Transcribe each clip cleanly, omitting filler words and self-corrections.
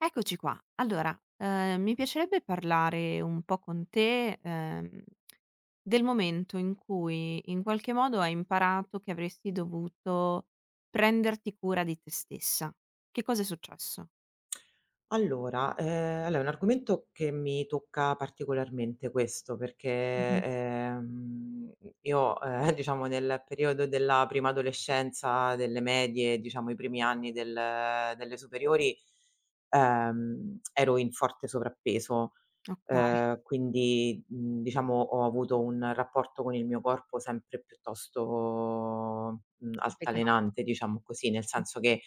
Eccoci qua. Allora, mi piacerebbe parlare un po' con te, del momento in cui in qualche modo hai imparato che avresti dovuto prenderti cura di te stessa. Che cosa è successo? Allora, allora è un argomento che mi tocca particolarmente questo, perché, Mh-mh. Io, diciamo nel periodo della prima adolescenza, delle medie, diciamo i primi anni delle superiori, ero in forte sovrappeso. Okay, Quindi, diciamo ho avuto un rapporto con il mio corpo sempre piuttosto, complicato. altalenante, diciamo così, nel Mh. senso che,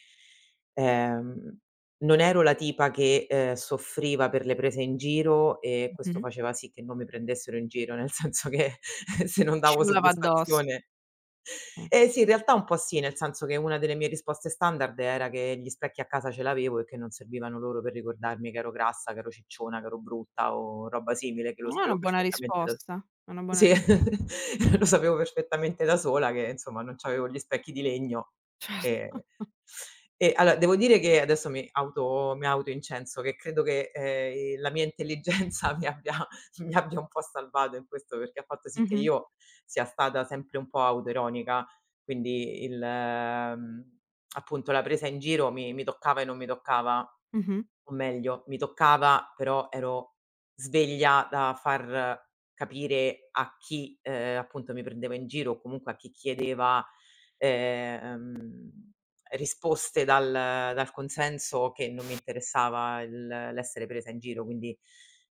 ehm, non ero la tipa che, soffriva per le prese in giro, e questo Mh-mh. faceva sì che non mi prendessero in giro, nel senso che se non davo Scivolava addosso. soddisfazione Mh. eh sì, in realtà un po' sì, nel senso che una delle mie risposte standard era che gli specchi a casa ce l'avevo e che non servivano loro per ricordarmi che ero grassa, che ero cicciona, che ero brutta o roba simile, che lo No, è una sapevo buona perfettamente da risposta, è una buona ri sì, lo sapevo perfettamente da sola, che insomma non c'avevo gli specchi di legno. certo. ehm, e allora devo dire che adesso mi autoincenso, che credo che, la mia intelligenza mi abbia un po' salvato in questo, perché ha fatto sì che Mh-mh. io sia stata sempre un po' autoironica, quindi appunto la presa in giro mi toccava e non mi toccava, Mh-mh. o meglio mi toccava però ero sveglia da far capire a chi, appunto mi prendeva in giro, o comunque a chi chiedeva, ehm, risposte dal consenso, che non mi interessava il l'essere presa in giro. Quindi,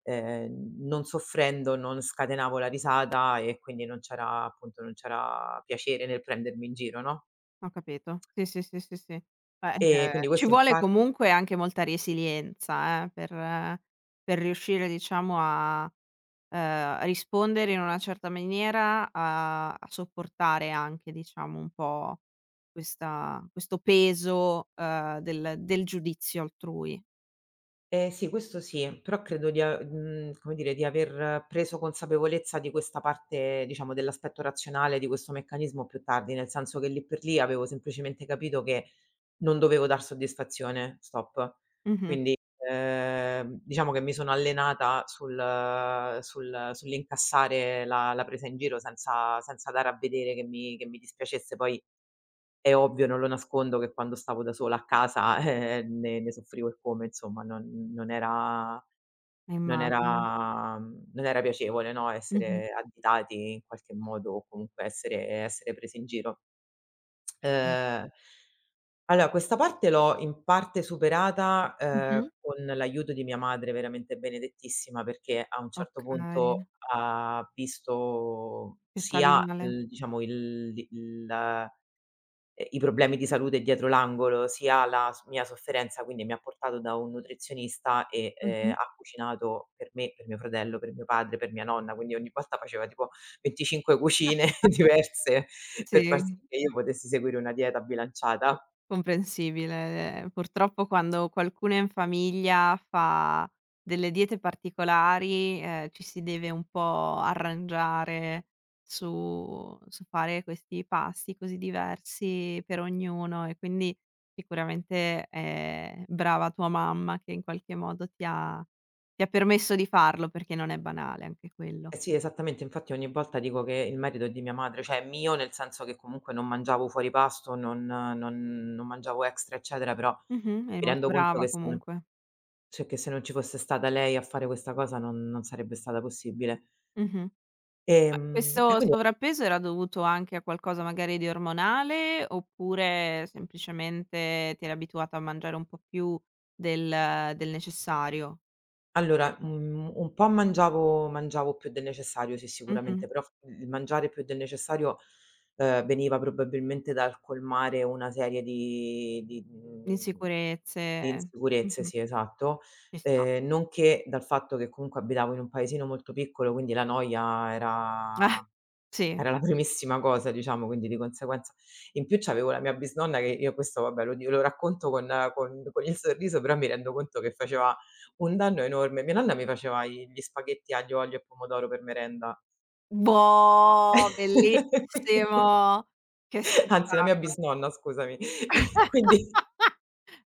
non soffrendo non scatenavo la risata, e quindi non c'era appunto non c'era piacere nel prendermi in giro, no. Ho capito. Sì, sì, sì, sì, sì. Beh, quindi ci questo in vuole par comunque anche molta resilienza, per riuscire diciamo a, rispondere in una certa maniera, a sopportare anche diciamo un po' questa questo peso, del del giudizio altrui. Sì, questo sì, però credo come dire, di aver preso consapevolezza di questa parte, diciamo, dell'aspetto razionale di questo meccanismo più tardi, nel senso che lì per lì avevo semplicemente capito che non dovevo dar soddisfazione, stop. Mh-mh. Quindi, diciamo che mi sono allenata sull'incassare la presa in giro senza senza dare a vedere che mi dispiacesse. Poi è ovvio, non lo nascondo, che quando stavo da sola a casa, ne ne soffrivo e come, insomma, non era non Immagino. era non era piacevole, no, Mh-mh. essere additati in qualche modo o comunque essere essere presi in giro. Mh. Ehm, allora questa parte l'ho in parte superata, Mh-mh. Con l'aiuto di mia madre, veramente benedettissima, perché a un certo Okay. punto ha visto Che stavi sia male. l diciamo il i problemi di salute dietro l'angolo, sia la s mia sofferenza, quindi mi ha portato da un nutrizionista e, Mh-mh. ha cucinato per me, per mio fratello, per mio padre, per mia nonna, quindi ogni volta faceva tipo 25 cucine diverse, per far Sì. sì che io potessi seguire una dieta bilanciata. Comprensibile. Purtroppo quando qualcuno in famiglia fa delle diete particolari, ci si deve un po' arrangiare su fare questi pasti così diversi per ognuno e quindi sicuramente, brava tua mamma che in qualche modo ti ha permesso di farlo, perché non è banale anche quello. Eh sì, esattamente, infatti ogni volta dico che il merito è di mia madre, cioè è mio nel senso che comunque non mangiavo fuori pasto, non non mangiavo extra, eccetera, però Mh-mh, è mi molto rendo conto brava che se non comunque. cioè che se non ci fosse stata lei a fare questa cosa non sarebbe stata possibile. Mh-mh. Ma Ehm, e questo quindi sovrappeso era dovuto anche a qualcosa magari di ormonale, oppure semplicemente ti eri abituata a mangiare un po' più del del necessario? allora, un po' mangiavo più del necessario, sì, Mh-mh. sicuramente, però f il mangiare più del necessario, veniva probabilmente dal colmare una serie Insicurezze di insicurezze, mh-mh, sì, esatto, ci sta. Nonché dal fatto che comunque abitavo in un paesino molto piccolo, quindi la noia Eh, era sì. era la primissima cosa, diciamo. Quindi di conseguenza in più c'avevo la mia bisnonna, che io questo vabbè lo racconto con il sorriso, però mi rendo conto che faceva un danno enorme. Mia nonna mi faceva i gli spaghetti aglio, olio e pomodoro per merenda. Boh, bellissimo! Che Anzi la mia spettacolo. bisnonna, scusami. Qui quindi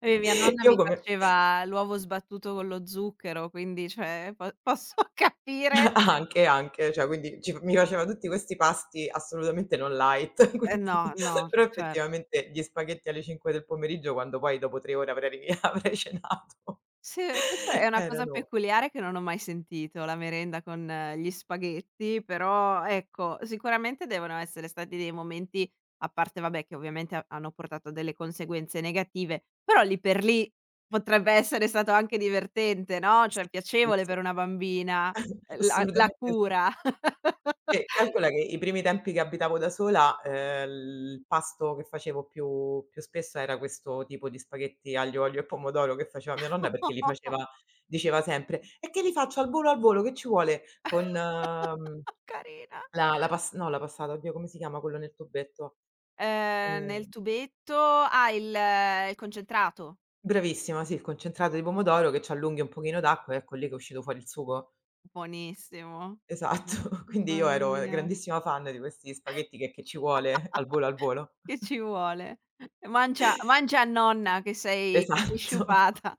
E mia nonna io mi come faceva l'uovo sbattuto con lo zucchero, quindi cioè po posso capire anche, anche, cioè quindi ci f mi faceva tutti questi pasti assolutamente non light, no, quindi no, però cer effettivamente gli spaghetti alle 5 del pomeriggio, quando poi dopo 3 ore avrei ri avrei cenato, Sì, e questa è una cosa erano peculiare che non ho mai sentito, la merenda con gli spaghetti, però ecco, sicuramente devono essere stati dei momenti a parte vabbè che ovviamente ha hanno portato a delle conseguenze negative, però lì per lì potrebbe essere stato anche divertente, no, sì, cioè sì, piacevole sì, per una bambina, la la assolutamente sì. cura. E calcola che i primi tempi che abitavo da sola, il pasto che facevo più spesso era questo tipo di spaghetti aglio, olio e pomodoro che faceva mia nonna, perché li Oh, faceva diceva sempre: "E che li faccio al volo, che ci vuole?" Con Carina. La la pas no la passata, oddio come si chiama quello nel tubetto? Nel Ehm, tubetto ah, il concentrato. Bravissima, sì, il concentrato di pomodoro, che ci allunghi un pochino d'acqua, e ecco lì che è uscito fuori il sugo. Buonissimo. Esatto, quindi io Mamma ero mia, grandissima fan di questi spaghetti, che ci vuole, al volo, al volo. che ci vuole. Mangia mangia a nonna che sei Esatto, sciupata.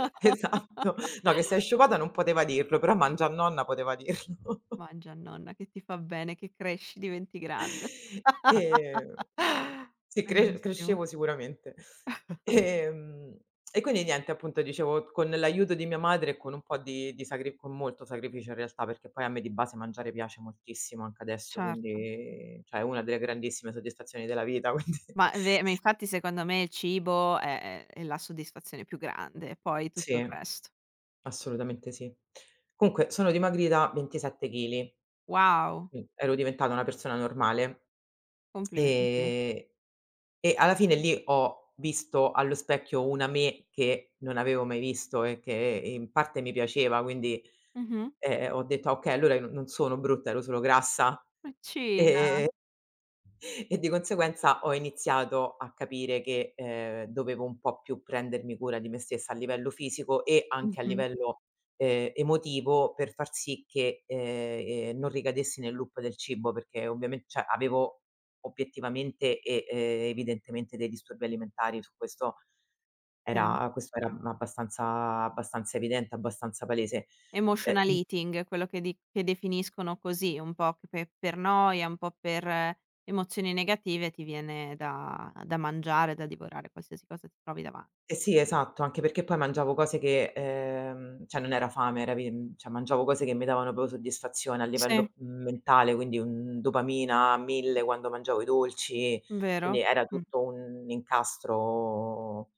esatto. No, che sei asciugata non poteva dirlo, però mangianonna poteva dirlo. Mangia a nonna che ti fa bene, che cresci, diventi grande. Ehm, sì, Bellissimo, crescevo sicuramente. Ehm, e quindi niente, appunto dicevo, con l'aiuto di mia madre e con un po' di sacri con molto sacrificio, in realtà, perché poi a me di base mangiare piace moltissimo anche adesso, certo. quindi cioè è una delle grandissime soddisfazioni della vita, quindi Ma infatti secondo me il cibo è la soddisfazione più grande, poi sì, tutto il resto. assolutamente sì. Comunque sono dimagrita 27 chili. Wow, Ero diventata una persona normale. complimenti. Ehm, e alla fine lì ho visto allo specchio una me che non avevo mai visto, e che in parte mi piaceva, quindi, Mh-mh. Ho detto: "Ah okay, allora io non sono brutta, ero solo grassa". Piccina. Ehm e di conseguenza ho iniziato a capire che, dovevo un po' più prendermi cura di me stessa a livello fisico, e anche a Mh-mh. livello, emotivo, per far sì che, non ricadessi nel loop del cibo, perché ovviamen cioè avevo obiettivamente e, evidentemente, dei disturbi alimentari. Su Sì. Questo era abbastanza abbastanza evidente, abbastanza palese. Emotional Ehm eating, quello che di che definiscono così, un po' che pe per noia, un po' per emozioni negative ti viene da da mangiare, da divorare qualsiasi cosa ti trovi davan Eh sì, esatto, anche perché poi mangiavo cose che cioè non era fame, cioè mangiavo cose che mi davano proprio soddisfazione a Sì, livello, mentale, quindi, dopamina a 1000 quando mangiavo i dolci, vero. quindi era Mh. tutto un incastro,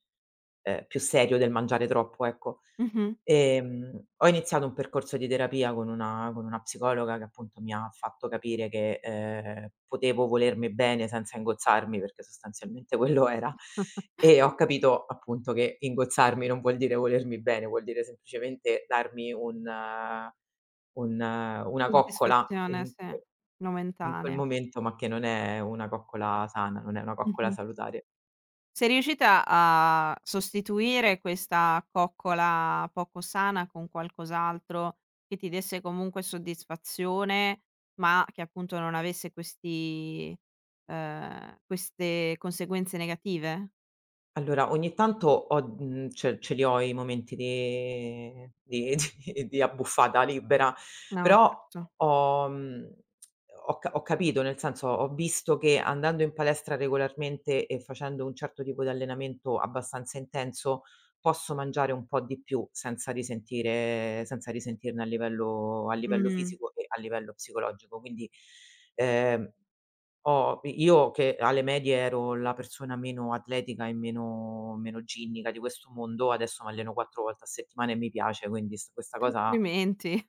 più serio del mangiare troppo, ecco. Mh-mh. Ho iniziato un percorso di terapia con una psicologa, che appunto mi ha fatto capire che, potevo volermi bene senza ingozzarmi, perché sostanzialmente quello era, e ho capito appunto che ingozzarmi non vuol dire volermi bene, vuol dire semplicemente darmi un una coccola Soddisfazione, sì, in quel momentanea. momento, ma che non è una coccola sana, non è una coccola Mh-mh. salutare. Sei riuscita a sostituire questa coccola poco sana con qualcos'altro che ti desse comunque soddisfazione, ma che appunto non avesse questi queste conseguenze negative? Allora, ogni tanto ce li ho i momenti di di abbuffata libera, No, però certo. ho mhmm, ho capito, nel senso, ho visto che andando in palestra regolarmente e facendo un certo tipo di allenamento abbastanza intenso, posso mangiare un po' di più senza risentire senza risentirne a livello Mh, fisico e a livello psicologico. Quindi, ehm ho i io che alle medie ero la persona meno atletica e meno ginnica di questo mondo, adesso m'alleno 4 volte a settimana e mi piace, quindi s questa cosa complimenti.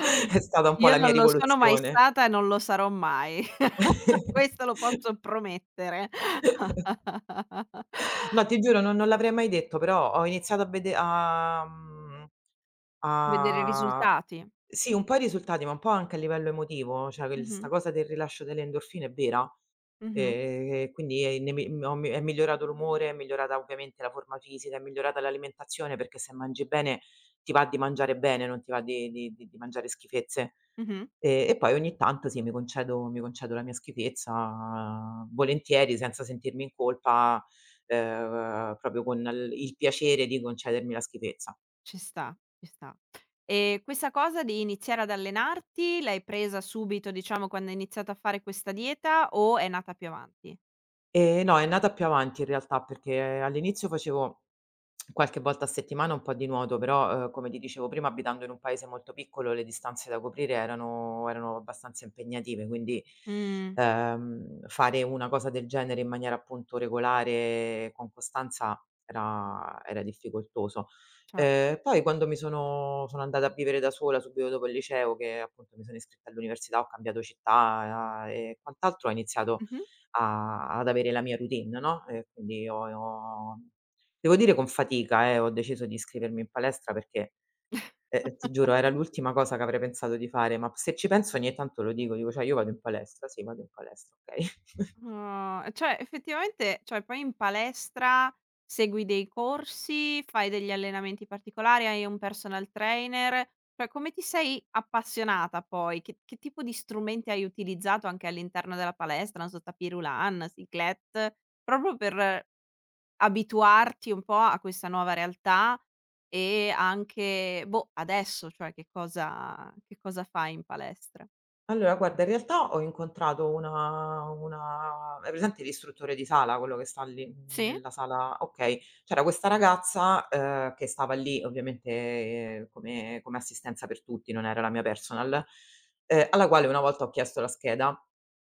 è stata un po' Io la mia non lo sono mai rivoluzione. stata e non lo sarò mai. Questo lo posso promettere. No, ti giuro, non l'avrei mai detto, però ho iniziato a vede a mhmm, Vedere i a risultati. sì, un po' i risultati, ma un po' anche a livello emotivo, cioè quel 'sta Mh-mh, cosa del rilascio delle endorfine è vera. mh-mh. E quindi, ne mi mhmm, ho mi è migliorato l'umore, è migliorata ovviamente la forma fisica, è migliorata l'alimentazione, perché se mangi bene ti va di mangiare bene, non ti va di mangiare schifezze. Mh-mh. E poi ogni tanto sì, mi concedo la mia schifezza, volentieri, senza sentirmi in colpa, proprio con l il piacere di concedermi la schifezza. Ci sta, ci sta. E questa cosa di iniziare ad allenarti l'hai presa subito, diciamo, quando hai iniziato a fare questa dieta o è nata più avanti? No, è nata più avanti in realtà, perché all'inizio facevo qualche volta a settimana un po' di nuoto, però, come ti dicevo prima, abitando in un paese molto piccolo le distanze da coprire erano abbastanza impegnative, quindi, Mh, fare una cosa del genere in maniera appunto regolare e con costanza era era difficoltoso. certo. Poi quando mi sono sono andata a vivere da sola subito dopo il liceo, che appunto mi sono iscritta all'università, ho cambiato città, e quant'altro, ho iniziato Mh-mh. a ad avere la mia routine, no, e quindi ho ho devo dire con fatica, ho deciso di iscrivermi in palestra perché, ti giuro era l'ultima cosa che avrei pensato di fare, ma se ci penso ogni tanto lo dico, dico: "Cioè io vado in palestra, sì vado in palestra, okay." Ah, cioè effettivamente cioè poi in palestra segui dei corsi, fai degli allenamenti particolari, hai un personal trainer, cioè come ti sei appassionata poi? Che tipo di strumenti hai utilizzato anche all'interno della palestra? Non so, tapis roulant, cyclette, proprio per abituarti un po' a questa nuova realtà e anche, boh, adesso, cioè che cosa fai in palestra? Allora guarda, in realtà ho incontrato una hai presente l'istruttore di sala, quello che sta lì, Sì. nella sala, okay. C'era questa ragazza, che stava lì ovviamente, come assistenza per tutti, non era la mia personal, alla quale una volta ho chiesto la scheda,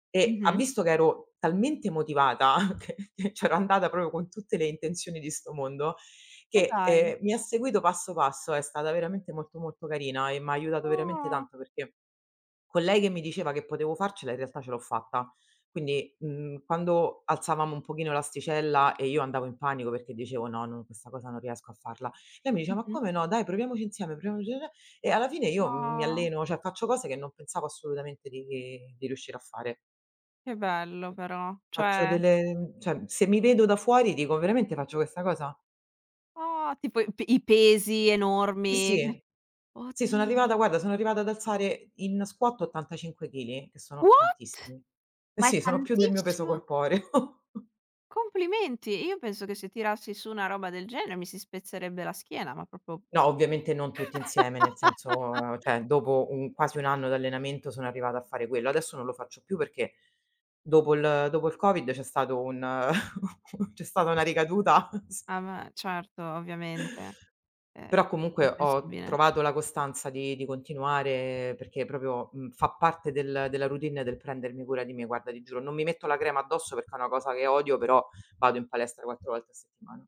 e ha Mh-mh. visto che ero talmente motivata che c'ero andata proprio con tutte le intenzioni di sto mondo, Ma che, dai. Mi ha seguito passo passo, è stata veramente molto, molto carina, e m'ha aiutato veramente Ah. tanto, perché con lei che mi diceva che potevo farcela, in realtà ce l'ho fatta. Quindi, quando alzavamo un pochino l'asticella e io andavo in panico perché dicevo: "No, non questa cosa non riesco a farla." Lei mi diceva: "Ma Mh-mh. come no? Dai, proviamoci insieme, proviamoci" insie" e alla fine io mi No, alleno, cioè faccio cose che non pensavo assolutamente di riuscire a fare. che bello però. Faccio Cioè delle cioè se mi vedo da fuori dico: "Veramente faccio questa cosa?" oh, tipo i pesi Sì, enormi. sì. Sì, sono arrivata Oddio. guarda, sono arrivata ad alzare in squat 85 chili, che sono What? tantissimi. Eh Ma è sì, sono più del mio peso tantissimo? corporeo. Complimenti. Io penso che se tirassi su una roba del genere mi si spezzerebbe la schiena, ma proprio No, ovviamente non tutti insieme, nel senso cioè dopo un quasi 1 anno d'allenamento sono arrivata a fare quello. Adesso non lo faccio più perché dopo il Covid c'è stato un c'è stata una ricaduta s Ah, ma certo, ovviamente. È però comunque ho comprensibile. trovato la costanza di continuare, perché proprio, fa parte della routine del prendermi cura di me. Guarda, ti giuro, non mi metto la crema addosso perché è una cosa che odio, però vado in palestra 4 volte a settimana.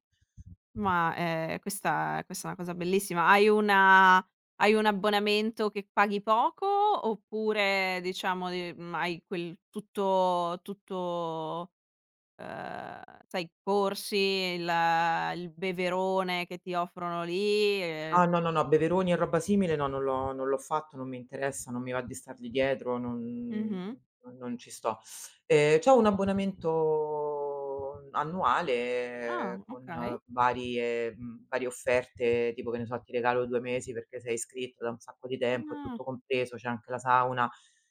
Ma, questa è una cosa bellissima. Hai una hai un abbonamento che paghi poco oppure diciamo, hai quel tutto tutto, ehm, sai corsi, il beverone che ti offrono lì, Ah, no, no, no, beveroni e roba simile no, non l'ho fatto, non mi interessa, non mi va di stargli dietro, mh-mh. non ci sto. C'ho un abbonamento Ah, annuale con okay. Varie offerte, tipo che ne so, ti regalo 2 mesi perché sei iscritto da un sacco di tempo, è Ah. tutto compreso, c'è anche la sauna.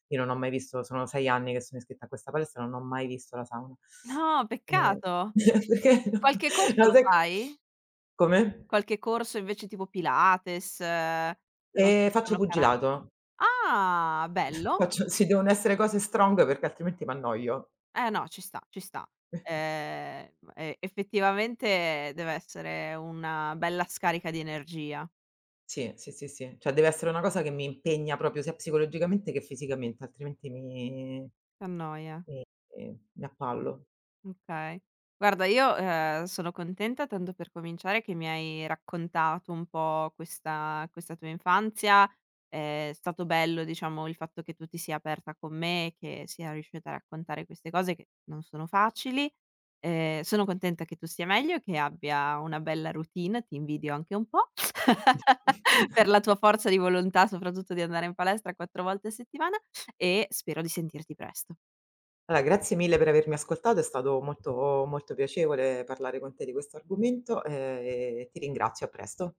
Io non ho mai visto, sono 6 anni che sono iscritta a questa palestra, non ho mai visto la sauna. No, Ehm, peccato. Perché no, Qualche corso no lo sai fai? come? Qualche corso invece tipo Pilates, non so se Faccio fanno kara pugilato. ah, bello. Faccio sì, devono essere cose strong perché altrimenti m'annoio. Eh no, ci sta, ci sta. Ehm, effettivamente deve essere una bella scarica di energia. Sì, sì, sì, sì. Cioè deve essere una cosa che mi impegna proprio sia psicologicamente che fisicamente, altrimenti Che annoia. mi mi appallo. Okay. Guarda io, sono contenta tanto per cominciare che mi hai raccontato un po' questa tua infanzia. È stato bello diciamo il fatto che tu ti sia aperta con me, che sia riuscita a raccontare queste cose che non sono facili. Sono contenta che tu stia meglio, che abbia una bella routine, ti invidio anche un po' per la tua forza di volontà, soprattutto di andare in palestra 4 volte a settimana e spero di sentirti presto. Allora grazie mille per avermi ascoltato, è stato molto molto piacevole parlare con te di questo argomento, e ti ringrazio. A presto.